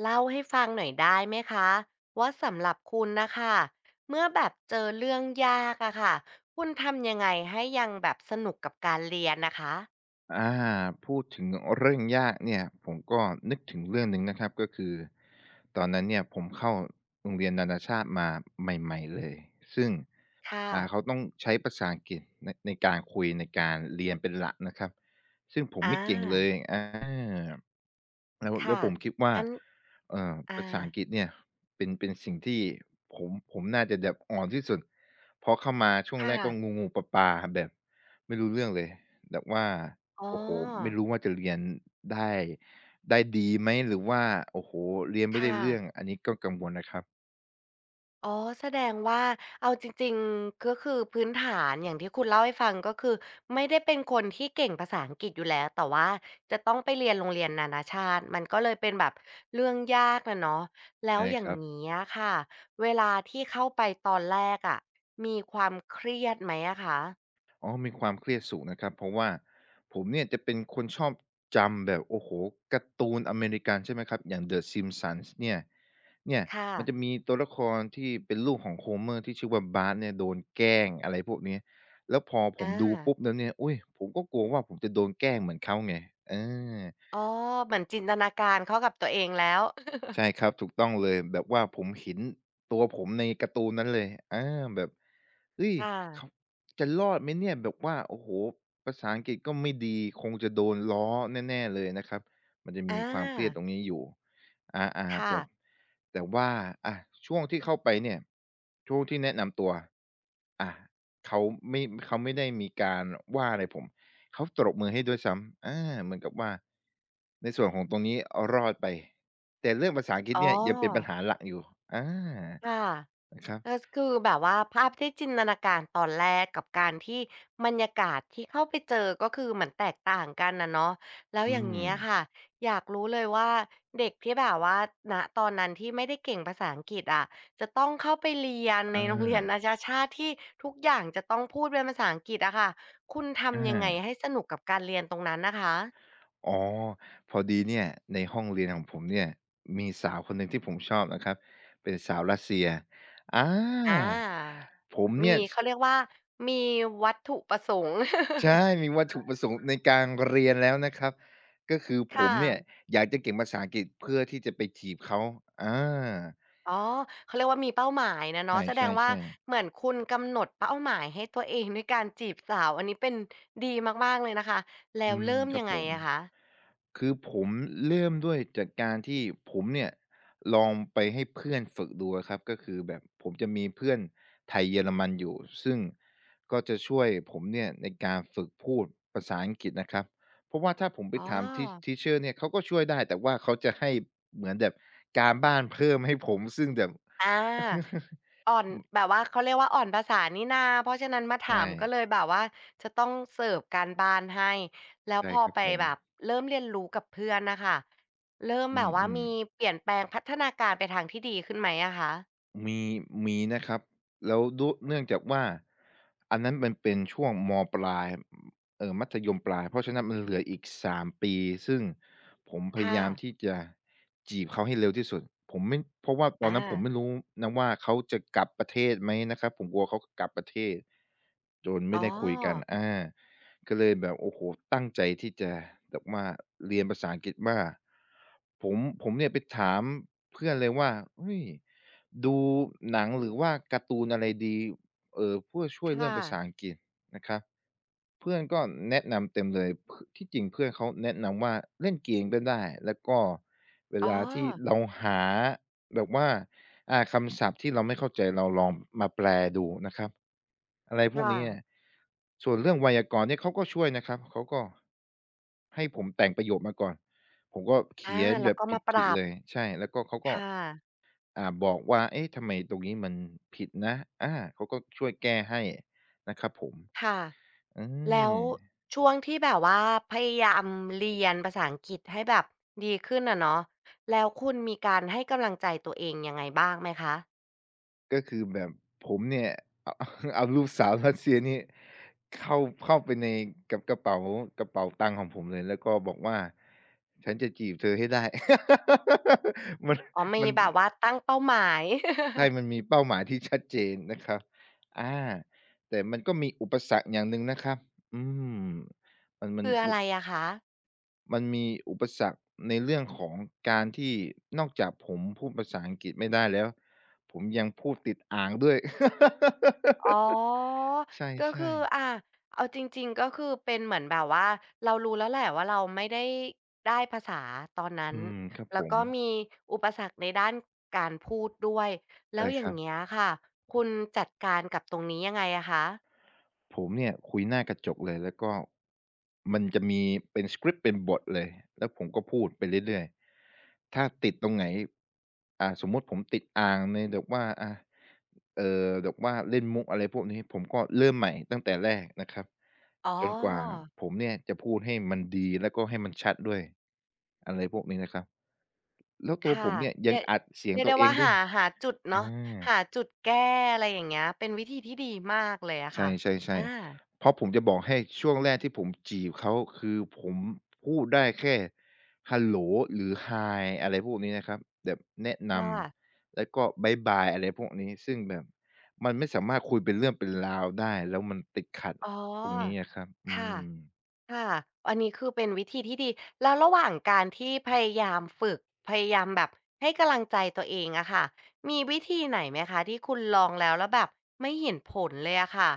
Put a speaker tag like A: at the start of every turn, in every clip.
A: เล่าให้ฟังหน่อยได้ไหมคะว่าสำหรับคุณนะคะเมื่อแบบเจอเรื่องยากอะค่ะคุณทำยังไงให้ยังแบบสนุกกับการเรียนนะคะ
B: อ่าพูดถึงเรื่องยากเนี่ยผมก็นึกถึงเรื่องหนึ่งนะครับก็คือตอนนั้นเนี่ยผมเข้าโรงเรียนนานาชาติมาใหม่ๆเลยซึ่ง
A: ค่ะ
B: เขาต้องใช้ภาษาอังกฤษในการคุยในการเรียนเป็นหลักนะครับซึ่งผม
A: อา
B: ไม่เก่งเลยอา แล้วแล้
A: ค่ะ
B: วผมคิดว่า
A: งั้นอา
B: ภาษาอังกฤษเนี่ยเป็นสิ่งที่ผมน่าจะแบบอ่อนที่สุดเพราะเข้ามาช่วงแร
A: ค่ะ
B: กก็งูๆปลาๆแบบไม่รู้เรื่องเลยแบบว่า
A: อ๋
B: โอ้โฮไม่
A: อ
B: รู้ว่าจะเรียนได้ได้ดีไหมหรือว่าโอ้โฮเรียนไม่ได้
A: ค่ะ
B: เรื่องอันนี้ก็กังวลนะครับ
A: อ๋อแสดงว่าเอาจริงๆก็คือพื้นฐานอย่างที่คุณเล่าให้ฟังก็คือไม่ได้เป็นคนที่เก่งภาษาอังกฤษอยู่แล้วแต่ว่าจะต้องไปเรียนโรงเรียนนานาชาติมันก็เลยเป็นแบบเรื่องยากน่ะเนาะแล้ว
B: ใช่
A: อย่า
B: ค
A: ง
B: รับ
A: งี้อะค่ะเวลาที่เข้าไปตอนแรกอะมีความเครียดไหมอะคะ
B: อ๋อมีความเครียดสูงนะครับ เพราะว่าผมเนี่ยจะเป็นคนชอบจำแบบโอ้โฮการ์ตูนอเมริกันใช่ไหมครับ อย่าง The Simpsons เนี่ย
A: ค่ะ
B: มันจะมีตัวละครที่เป็นลูกของ Homer ที่ชื่อว่า Bart เนี่ยโดนแกล้งอะไรพวกนี้แล้วพอผม
A: อา
B: ดูปุ๊บแล้วเนี่ยอุ๊ยผมก็กลัวว่าผมจะโดนแกล้งเหมือนเขาไงเออ
A: อ๋อเหมือนจินตนาการเข้ากับตัวเองแล้ว
B: ใช่ครับถูกต้องเลยแบบว่าผมเห็นตัวผมในการ์ตูนนั้นเลยอาแบบเฮ้ย
A: ค่ะ
B: เขาจะรอดไหมเนี่ยแบบว่าโอ้โฮภาษาอังกฤษก็ไม่ดีคงจะโดนล้อแน่ๆเลยนะครับมันจะ
A: อ
B: มีความเครียด
A: า
B: ตรงนี้อยู่อาๆ
A: ค่ะ
B: แต่แต่ว่าอะช่วงที่เข้าไปเนี่ยช่วงที่แนะนำตัวอะเขาไม่เขาไม่ได้มีการว่าอะไรผมเขาตบมือให้ด้วยซ้ำอาเหมือนกับว่าในส่วนของตรงนี้รอดไป แต่เรื่องภาษาอังกฤษ
A: อ๋อ
B: เนี่ยยังเป็นปัญหาหลักอยู่อา
A: ค่ะ
B: นะครับ
A: เ็คือแบบว่าภาพที่จินตนาการตอนแรกกับการที่บรรยากาศที่เข้าไปเจอก็คือเหมือนแตกต่างกันนะเนาะแล้ว
B: อื
A: อย่าง
B: ม
A: เงี้ยค่ะอยากรู้เลยว่าเด็กที่แบบว่าณตอนนั้นที่ไม่ได้เก่งภาษาอังกฤษอะจะต้องเข้าไปเรียนในโรงเรีย
B: อา
A: นนานาชาติที่ทุกอย่างจะต้องพูดเป็นภาษาอังกฤษอะค่ะคุณทำยังไง
B: อา
A: ให้สนุกกับการเรียนตรงนั้นน่ะคะ
B: อ๋อพอดีเนี่ยในห้องเรียนของผมเนี่ยมีสาวคนหนึ่งที่ผมชอบนะครับ เป็นสาวรัสเซียอ
A: อ
B: า
A: ามีเขาเรียกว่ามีวัตถุประสงค์
B: ใช่มีวัตถุประสงค์ในการเรียนแล้วนะครับ ก็คือ ผ
A: ค่
B: มเนี่ย
A: ะ
B: อยากจะเก่งภาษาอังกฤษเพื่อที่จะไปจีบเขาอา
A: อ๋อเขาเรียกว่ามีเป้าหมายนะ
B: ใ
A: เนาะแสด
B: ช
A: งว่า
B: ่ๆๆ
A: เหมือนคุณกำหนดเป้าหมายให้ตัวเองด้วยการจีบสาวอันนี้เป็นดีมากๆเลยนะคะแล้ว
B: อืม
A: เริ่ม
B: ครั
A: ยั
B: บ
A: งไง
B: ผม
A: อะคะ
B: คือผมเริ่มด้วยจากการที่ผมเนี่ยลองไปให้เพื่อนฝึกดูอะครับก็คือแบบผมจะมีเพื่อนไทยเยอรมันอยู่ซึ่งก็จะช่วยผมเนี่ยในการฝึกพูดภาษาอังกฤษนะครับเพราะว่าถ้าผมไป
A: อ๋อ
B: ถามที Teacher เชอร์เนี่ยเขาก็ช่วยได้แต่ว่าเขาจะให้เหมือนแบบการบ้านเพิ่มให้ผมซึ่งแบบ
A: อา อ่อนแบบว่าเขาเรียกว่าอ่อนภาษานี่นาเพราะฉะนั้นมาถา
B: ใช่
A: มก็เลยแบบว่าจะต้องเสิร์ฟการบ้านให้แล้ว
B: ใช่
A: พอ
B: ครับ
A: ไป
B: ผม
A: แบบเริ่มเรียนรู้กับเพื่อนน่ะค่ะเริ่ม
B: อื
A: แบบ
B: ม
A: ว่า
B: อืม
A: มีเปลี่ยนแปลงพัฒนาการไปทางที่ดีขึ้นไหมอะคะ
B: มีมีนะครับแล้วด้วยเนื่องจากว่าอันนั้นมันเป็นช่วงมปลายมัธยมปลายเพราะฉะนั้นมันเหลืออีก3ปีซึ่งผมพยา
A: ค่ะ
B: ยามที่จะจีบเขาให้เร็วที่สุดผมไม่เพราะว่าตอนนั้นผม
A: อา
B: ไม่รู้นะว่าเขาจะกลับประเทศไหมนะครับผมกลัวเขากลับประเทศจน
A: อ๋อ
B: ไม่ได้คุยกันอาก็เลยแบบโอ้โฮตั้งใจที่จะแบบว่าเรียนภาษาอังกฤษว่าผมผมเนี่ยไปถาม เพื่อนเลยว่าเฮ้ยดูหนังหรือว่าการ์ตูนอะไรดีเพื่อช่วยเรื่อ
A: ค่ะ
B: งภาษาอังกฤษนะครับเพื่อนก็แนะนำเต็มเลยพที่จริงเพื่อนเขาแนะนำว่าเล่นเกมก็ได้แล้วก็เว
A: อ๋อ
B: ลาที่เราหาแบบว่าคำศัพท์ที่เราไม่เข้าใจเราลองมาแปลดูนะครับอะไรพวกนี้อะ
A: ค่ะ
B: ส่วนเรื่องไวยากรณ์เนี่ยเขาก็ช่วยนะครับเขาก็ให้ผมแต่งประโยคมาก่อน ผมก็
A: อา
B: เขียนแบ
A: แล้ว
B: บ
A: ก็มาป
B: ผิด
A: รั
B: ๆ
A: บ
B: เลยใช่แล้วก็เขาก็
A: ค่ะ
B: บอกว่าเอ๊ะทำไมตรงนี้มันผิดนะอาเขาก็ช่วยแก้ให้นะครับผม
A: ค่ะ
B: อื
A: แล้ว
B: ม
A: ช่วงที่แบบว่าพยายามเรียนภาษาอังกฤษให้แบบดีขึ้นอะเนาะแล้วคุณมีการให้กำลังใจตัวเองยังไงบ้างไหมคะ
B: ก็คือแบบผมเนี่ย เอาเอารูปสาวรัสเซียนี่เข้าเข้าไปในกระเป๋าตังค์ของผมเลยแล้วก็บอกว่าฉันจะจีบเธอให้ได้ มัน
A: อ๋อมี
B: มัน
A: แบบว่าตั้งเป้าหมาย
B: ใช่มันมีเป้าหมายที่ชัดเจนนะครับอาแต่มันก็มีอุปสรรคอย่างหนึ่งนะครับอืมมันมัน
A: คืออะ
B: มัน
A: ไรอะคะ
B: มันมีอุปสรรคในเรื่องของการที่นอกจากผมพูดภาษาอังกฤษไม่ได้แล้วผมยังพูดติดอ่างด้วย
A: อ๋อ
B: ใช
A: ก็
B: ่
A: คือ
B: ๆ
A: อะเอาจริงๆก็คือเป็นเหมือนแบบว่าเรารู้แล้วแหละว่าเราไม่ได้ได้ภาษาตอนนั้น
B: อืมครับผ
A: แล้ว
B: ม
A: ก็มีอุปสรรคในด้านการพูดด้วยแล้
B: ใช่
A: วอ
B: ค
A: ย่าง
B: รับ
A: เงี้ยค่ะคุณจัดการกับตรงนี้ยังไงอะคะ
B: ผมเนี่ยคุยหน้ากระจกเลยแล้วก็มันจะมีเป็นสคริปต์เป็นบทเลยแล้วผมก็พูดไปเรื่อยๆถ้าติดตรงไหนสมมุติผมติดอ่างในแบบว่าเออแบบว่าเล่นมุกอะไรพวกนี้ผมก็เริ่มใหม่ตั้งแต่แรกนะครับ
A: อ๋อ
B: จนกว่าผมเนี่ยจะพูดให้มันดีแล้วก็ให้มันชัดด้วยอะไรพวกนี้นะครับแล้วตัวผ
A: ค่ะ
B: มเนี่ยยั
A: เรี
B: ง
A: ยก
B: อัดเสียง
A: เรียก
B: ตั
A: ได้
B: วเอ
A: ว่า
B: งด้วย
A: หาหาจุด
B: อ
A: เนาะ
B: า
A: หาจุดแก้อะไรอย่างเงี้ยเป็นวิธีที่ดีมากเลยอะ
B: ใช่
A: ค่ะ
B: ๆ่ใช่
A: อา
B: เพราะผมจะบอกให้ช่วงแรกที่ผมจีบเขาคือผมพูดได้แค่ฮัลโหลหรือ Hi อะไรพวกนี้นะครับแบบแนะน
A: ค่ะ
B: ำแล้วก็บ๊ายบายอะไรพวกนี้ซึ่งแบบมันไม่สามารถคุยเป็นเรื่องเป็นราวได้แล้วมันติดขัด
A: อ๋อ
B: ตรงนี้อะครับอื
A: ค่ะ
B: ม
A: ค่ะอันนี้คือเป็นวิธีที่ดีแล้วระหว่างการที่พยายามฝึกพยายามแบบให้กำลังใจตัวเองอะค่ะมีวิธีไหนไหมคะที่คุณลองแล้วแล้วแบบไม่เห็นผลเลยอะค่ะ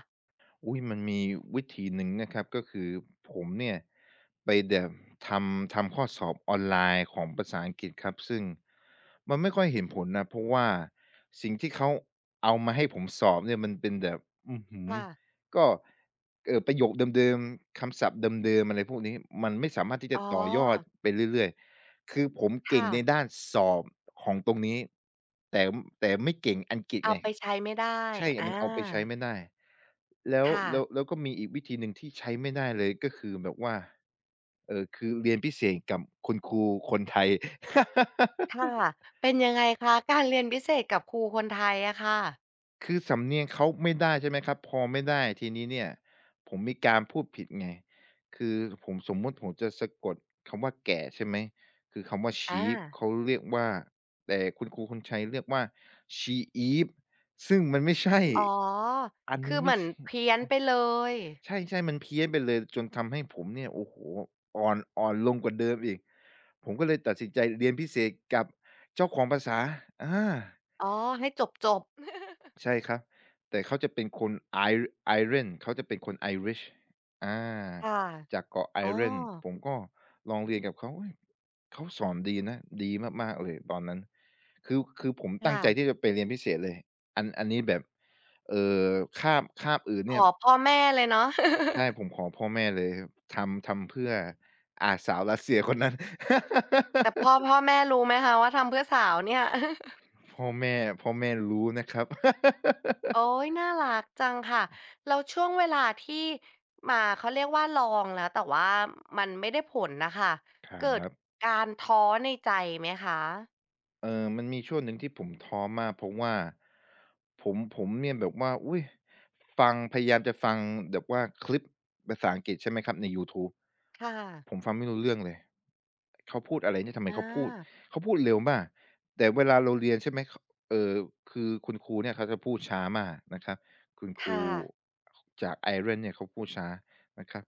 B: อุ้ยมันมีวิธีหนึ่งนะครับก็คือผมเนี่ยไปแบบทำข้อสอบออนไลน์ของภาษาอังกฤษครับซึ่งมันไม่ค่อยเห็นผลนะเพราะว่าสิ่งที่เขาเอามาให้ผมสอบเนี่ยมันเป็นแบบอื้อหือ
A: ค่ะ
B: ก็ประโยคเดิมๆคำศัพท์เดิมๆอะไรพวกนี้มันไม่สามารถที่
A: อ๋
B: จะ
A: อ
B: ต่อยอดไปเรื่อยๆคือผมเก่ง
A: ค่ะ
B: ในด้านสอบของตรงนี้แต่แต่ไม่เก่งอังกฤษ
A: เอา
B: ไง
A: ไปใช้ไม่ได้
B: ใช่
A: อ
B: มันเอาไปใช้
A: า
B: ไม่ได้ แล้ว
A: ค่ะ
B: แล้วแล้วก็มีอีกวิธีหนึ่งที่ใช้ไม่ได้เลยก็คือแบบว่าคือเรียนพิเศษกับคุณครูคนไทย
A: ค่ะเป็นยังไงคะการเรียนพิเศษกับครูคนไทยอะค่ะ
B: คือสำเนียงเขาไม่ได้ใช่ไหมครับพอไม่ได้ทีนี้เนี่ยผมมีการพูดผิดไงคือผมสมมุติผมจะสะกดคำว่าแก่ใช่ไหมคือคำว่า sheep
A: อา
B: เขาเรียกว่าแต่คุณครูคนไทยเรียกว่า sheep ซึ่งมันไม่ใช่
A: อ๋อ
B: อัน
A: คื
B: นี้
A: อเห
B: ไม่
A: มือน
B: ใช่
A: เพี้ยนไปเลย
B: ใช่ๆมันเพี้ยนไปเลยจนทำให้ผมเนี่ยโอ้โฮอ่อนลงกว่าเดิมอีกผมก็เลยตัดสินใจเรียนพิเศษกับเจ้าของภาษาอา
A: อ๋อให้จบ
B: ใช่ครับแต่เขาจะเป็นคน Ir Ireland เขาจะเป็นคน Irish อา
A: ๆค่ะ
B: จากเกาะ
A: อ๋อ
B: Ireland ผมก็ลองเรียนกับเขาเฮ้ยเขาสอนดีนะดีมากๆเลยตอนนั้นคือผมตั้ง
A: ค่ะ
B: ใจที่จะไปเรียนพิเศษเลยอันนี้แบบเอ่อคาบอื่น
A: ข
B: เนี่ย
A: อพ่อแม่เลยเนาะ
B: ใช่ผมขอพ่อแม่เลยทำเพื่ออาสาวรัสเซียคนนั้น
A: แต่พ่อพ่อแม่รู้ไหมคะว่าทำเพื่อสาวเนี่ย
B: พ่อแม่พ่อแม่รู้นะครับ
A: โอ้ยน่ารักจังค่ะแล้วช่วงเวลาที่มาเขาเรียกว่าลองแล้วแต่ว่ามันไม่ได้ผลนะคะ
B: คร
A: เกิด
B: ับ
A: การท้อในใจไหมคะ
B: เออมันมีช่วงหนึ่งที่ผมท้อมากเพราะว่าผมเนี่ยแบบว่าอุ้ยพยายามจะฟังแบบว่าคลิปภาษาอังกฤษใช่ไหมครับในยูทูบ
A: ค่ะ
B: ผมฟังไม่รู้เรื่องเลยเขาพูดอะไรเนี่ยทำไม
A: อ
B: เขาพูด
A: า
B: เขาพูดเร็วมากแต่เวลาเราเรียนใช่ไหมเขาเออคือคุณครูเนี่ยเขาจะพูดช้ามากนะครับคุณครู
A: ค่ะ
B: จากไอร์แลนด์เนี่ยเขาพูดช้านะครับ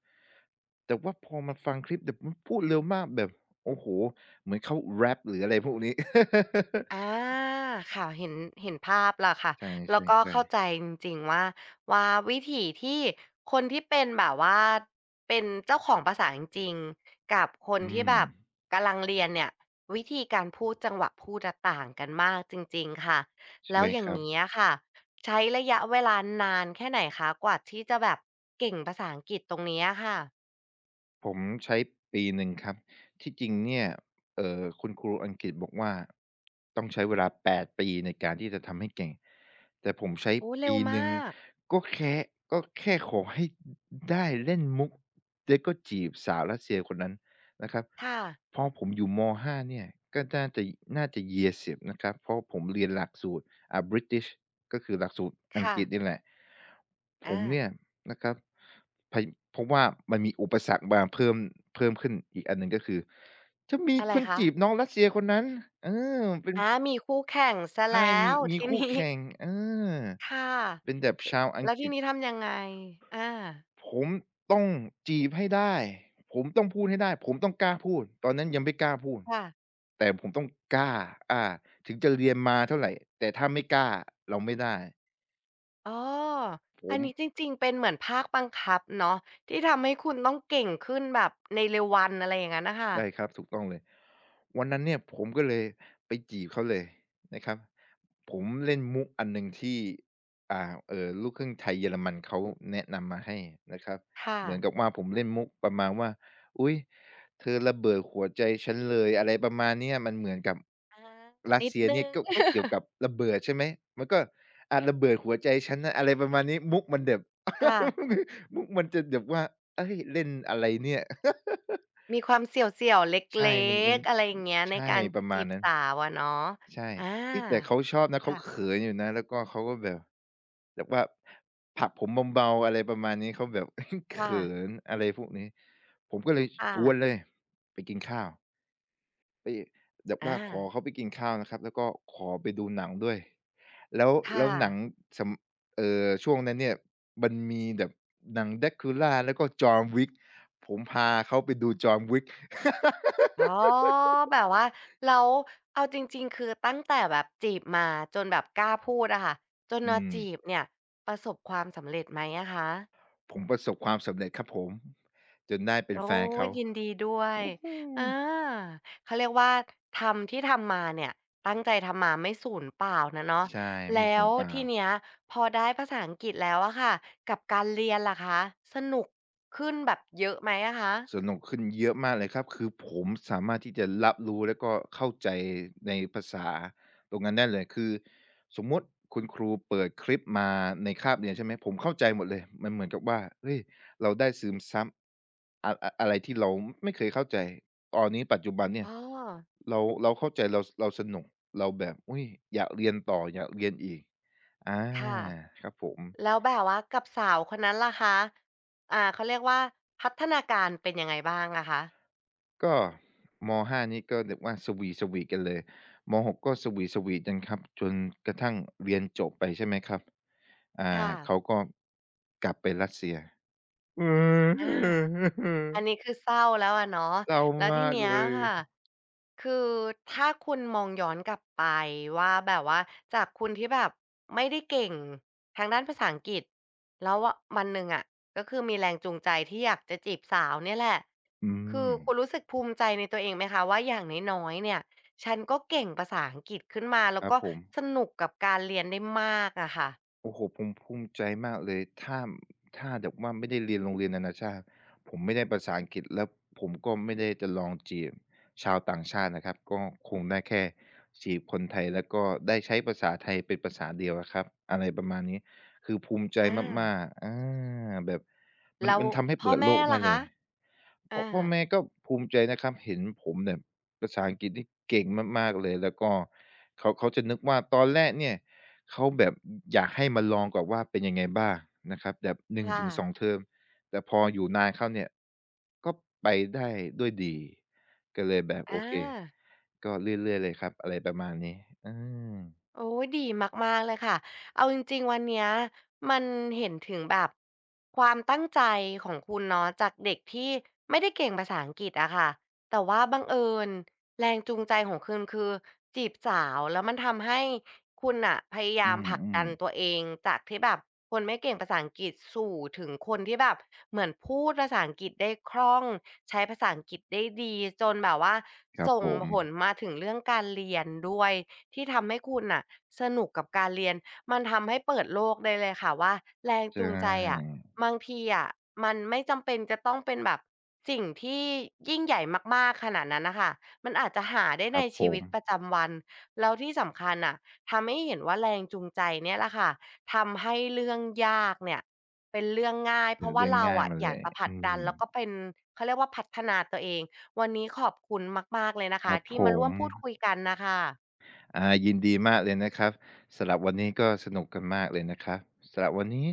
B: แต่ว่าพอมาฟังคลิปเดี๋ยวมันพูดเร็วมากแบบโอ้โห เหมือนเขาแรปหรืออะไรพวกนี้
A: อาค่ะเห็นเห็นภาพล่ะค่ะ
B: ใช
A: แล้วก็
B: ่
A: เข้า
B: ๆ
A: ใจ
B: ๆ
A: จริงๆว่าว่าวิถีที่คนที่เป็นแบบว่าเป็นเจ้าของภาษาจริงๆกับคน
B: อื
A: ที่
B: ม
A: แบบกำลังเรียนเนี่ยวิธีการพูดจังหวะพูดอะต่างกันมากจริงๆค่ะแล้ว
B: ใช่
A: อย่า
B: ค
A: ง
B: รับ
A: งี้อะค่ะใช้ระยะเวลานานแค่ไหนคะกว่าที่จะแบบเก่งภาษาอังกฤษตรงนี้อะค่ะ
B: ผมใช้ปีหนึ่งครับที่จริงเนี่ยคุณครูอังกฤษบอกว่าต้องใช้เวลา8ปดปีในการที่จะทำให้เก่งแต่ผมใช้
A: โอ้เร็ว
B: ปี
A: ม
B: หนึ่ง
A: าก
B: ก็แค้ก็แค่ขอให้ได้เล่นมุกแล้วก็จีบสาวรัสเซียคนนั้นนะครับ
A: ค่ะ
B: พอผมอยู่ม5เนี่ยก็น่าจะ year 10นะครับเพราะผมเรียนหลักสูตร British ก็คือหลักสูตรอัง
A: ค่ะ
B: กฤษนี่แหละผ
A: อา
B: มเนี่ยนะครับพเพราะว่ามันมีอุปสรรคมาเพิ่มขึ้นอีกอันหนึ่งก็คือจะมี
A: อะไร
B: คน
A: คะ
B: จีบน้องรัสเซียคนนั้นเออเป็น
A: อามีคู่แข่งเสีย
B: ใช่
A: แล้ว
B: มี
A: ที
B: คู่
A: นี้
B: แข่งเออ
A: ค่ะ
B: เป็นแบบ
A: ล
B: ชาวอัง
A: แล้ว
B: ก
A: ที
B: ฤษ
A: นี้ทำยังไงอา
B: ผมต้องจีบให้ได้ผมต้องพูดให้ได้ผมต้องกล้าพูดตอนนั้นยังไม่กล้าพูด
A: ค่ะ
B: แต่ผมต้องกล้าอาถึงจะเรียนมาเท่าไรแต่ถ้าไม่กล้าเราไม่ได้
A: อ๋อ
B: ผ
A: อัน
B: ม
A: นี้จริงๆเป็นเหมือนภาคบังคับเนาะที่ทำให้คุณต้องเก่งขึ้นแบบในเร็ววันอะไรอย่างนั้นน่ะค่ะ
B: ใช่ครับถูกต้องเลยวันนั้นเนี่ยผมก็เลยไปจีบเขาเลยนะครับผมเล่นมุกอันหนึ่งที่อ่าลูกครึ่งไทยเยอรมันเขาแนะนำมาให้นะครับ
A: ค่ะ
B: เหมือนกับว่าผมเล่นมุกประมาณว่าอุ๊ยเธอระเบิดหัวใจฉันเลยอะไรประมาณเนี้ยมันเหมือนกับ
A: อา
B: รัส
A: นิด
B: เซีย
A: ห
B: เนี่
A: นึ่
B: ย
A: ง
B: ก็เกี่ยวกับระเบิดใช่ไหมมันก็อาระเบิดหัวใจฉันนะอะไรประมาณนี้มุกมันแบบ
A: ค่ะ
B: มุกมันจะแบบว่าเฮ้ยเล่นอะไรเนี่ย
A: มีความเสี่ยวๆเ
B: ใช่
A: ล็
B: มั
A: ก
B: น
A: ๆอะไรอย่างเงี้ยใน
B: ใช่
A: การ
B: ประมา
A: จี
B: ณ
A: บ
B: นั้น
A: สาวอะเนาะ
B: ใช่
A: อา
B: เฮ้ยแต่เขาชอบนะเขาเข
A: ค่ะ
B: ินอยู่นะแล้วก็เขาก็แบบแบบว่าผลักผมเบาๆอะไรประมาณนี้เขาแบบ เขิ
A: ค่ะ
B: นอะไรพวกนี้ผมก็เลยช
A: ค่ะ
B: วนเลยไปกินข้าวไปแบบ
A: อา
B: ว่า
A: อา
B: ขอเขาไปกินข้าวนะครับแล้วก็ขอไปดูหนังด้วยแล้วแล้
A: ค่ะ
B: วหนังสำช่วงนั้นเนี่ยมันมีแบบหนัง Dracula แล้วก็ John Wick ผมพาเขาไปดู John Wick
A: อ๋อแบบว่าแล้วเอาจริงๆคือตั้งแต่แบบจีบมาจนแบบกล้าพูดอะค่ะจน
B: อื
A: มา
B: ม
A: จีบเนี่ยประสบความสำเร็จไหมอะคะ
B: ผมประสบความสำเร็จครับผมจนได้เป็น
A: โอ้
B: แฟนเขา
A: ยินดีด้วย
B: โอ้โฮ
A: อาเขาเรียกว่าทำที่ทำมาเนี่ยตั้งใจทำมาไม่สูญเปล่านะเนาะ
B: ใช่ไม่
A: แล้
B: สู
A: ว
B: ญเปล่า
A: ทีเนี้ยพอได้ภาษาอังกฤษแล้วอะค่ะกับการเรียนล่ะคะสนุกขึ้นแบบเยอะไหมอะคะ
B: สนุกขึ้นเยอะมากเลยครับคือผมสามารถที่จะรับรู้แล้วก็เข้าใจในภาษาตรงนั้นได้เลยคือสมมุติคุณครูเปิดคลิปมาในคาบเรียนใช่ไหมผมเข้าใจหมดเลยมันเหมือนกับว่าเฮ้ยเราได้ซึมซับอะไรที่เราไม่เคยเข้าใจตอนนี้ปัจจุบันเนี่ย
A: อ้อ
B: เราเข้าใจเราสนุกเราแบบอุ๊ยอยากเรียนต่ออยากเรียนอีกอา
A: ค่ะ
B: ครับผม
A: แล้วแบบว่ากับสาวคนนั้นล่ะคะ อ่าเขาเรียกว่าพัฒนาการเป็นยังไงบ้างอะคะ
B: ก็ม5นี่ก็แบบว่าสวีกันเลยม6กสวีทสวีกันครับจนกระทั่งเรียนจบไปใช่ไหมครับอ่า
A: ค่ะ
B: เขาก็กลับไปรัสเซียเอ
A: อา
B: อ
A: อันนี้ คือเศร้าแล้วอะเนาะ
B: เศร้า
A: แล้วที
B: มาก
A: เนี้ย
B: เลย
A: ค่ะคือถ้าคุณมองย้อนกลับไปว่าแบบว่าจากคุณที่แบบไม่ได้เก่งทางด้านภาษาอังกฤษแล้ววะวันหนึ่งอะก็คือมีแรงจูงใจที่อยากจะจีบสาวเนี่ยแหละ
B: อื
A: คือ
B: ม
A: คุณรู้สึกภูมิใจในตัวเองไหมคะว่าอย่างน้อยๆเนี่ยฉันก็เก่งภาษาอังกฤษขึ้นมาแล้
B: ค
A: ว
B: รับ
A: ก็
B: ผม
A: สนุกกับการเรียนได้มากอะค่ะ
B: โอ้โฮผมภูมิใจมากเลยถ้าแบบว่าไม่ได้เรียนโรงเรียนนานาชาติผมไม่ได้ภาษาอังกฤษแล้วผมก็ไม่ได้จะลองจีบชาวต่างชาตินะครับก็คงได้แค่จีบคนไทยแล้วก็ได้ใช้ภาษาไทยเป็นภาษาเดียวอะครับอะไรประมาณนี้คือภูมิใจ
A: อา
B: มากๆอาแบบ
A: แล้ว
B: มันทำให้
A: พ่อ
B: เปิดโล
A: แม่
B: กได้
A: ล่ะ
B: เล
A: คะ
B: ย
A: อา
B: พ่อแม่ก็ภูมิใจนะครับเห็นผมแบบภาษาอังกฤษนี่เก่งมากๆเลยแล้วก็เขาจะนึกว่าตอนแรกเนี่ย เขาแบบอยากให้มาลองก่อนว่าเป็นยังไงบ้างนะครับแบบ
A: ค่ะ
B: 1-2เทอมแต่พออยู่นานเข้าเนี่ยก็ไปได้ด้วยดีก็เลยแบบ
A: อ
B: โอเค
A: า
B: ก็เรื่อยๆเลยครับอะไรประมาณนี้อืม
A: โอ้ยดีมากๆเลยค่ะเอาจริงๆวันเนี้ยมันเห็นถึงแบบความตั้งใจของคุณเนาะจากเด็กที่ไม่ได้เก่งภาษาอังกฤษอะค่ะแต่ว่าบังเอิญแรงจูงใจของคุณคือจีบสาวแล้วมันทำให้คุณน่ะพยา
B: อื
A: ยามผลักดันตัว
B: ม
A: เองจากที่แบบคนไม่เก่งภาษาอังกฤษสู่ถึงคนที่แบบเหมือนพูดภาษาอังกฤษได้คล่องใช้ภาษาอังกฤษได้ดีจนแบบว่า
B: ๆครับ
A: ส่ง
B: ผม
A: ผลมาถึงเรื่องการเรียนด้วย ที่ทำให้คุณน่ะสนุกกับการเรียนมันทำให้เปิดโลกได้เลยค่ะว่าแรง
B: ใช
A: จูงใจอะ
B: ่
A: บางทีอะมันไม่จำเป็นจะต้องเป็นแบบสิ่งที่ยิ่งใหญ่มากๆขนาดนั้นน่ะค่ะมันอาจจะหาได้
B: ค
A: ใน
B: รับผ
A: ชีวิ
B: ม
A: ตประจำวันแล้วที่สำคัญน่ะทำให้เห็นว่าแรงจูงใจเนี่ยแหละค่ะทำให้เรื่องยากเนี่ยเป็นเรื่องง่ายเพ
B: เป็น
A: ราะว่า
B: เรื่อง
A: เรา
B: ง่าย
A: อะ
B: มา
A: อ
B: เล
A: ยาก
B: ย
A: จะผลัก
B: อื
A: ดัน
B: ม
A: แล้วก็เป็นเขาเรียกว่าพัฒนาตัวเองวันนี้ขอบคุณมากๆเลยนะ
B: ค
A: คะ
B: รับ
A: ที่
B: ผ
A: มาร่
B: ม
A: วมพูดคุยกันน่ะค่ะ
B: อายินดีมากเลยนะครับสำหรับวันนี้ก็สนุกกันมากเลยนะครับสำหรับวันนี้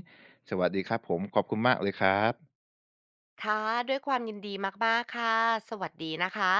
B: สวัสดีครับผมขอบคุณมากเลยครับ
A: ค่ะด้วยความยินดีมากๆค่ะสวัสดีนะคะ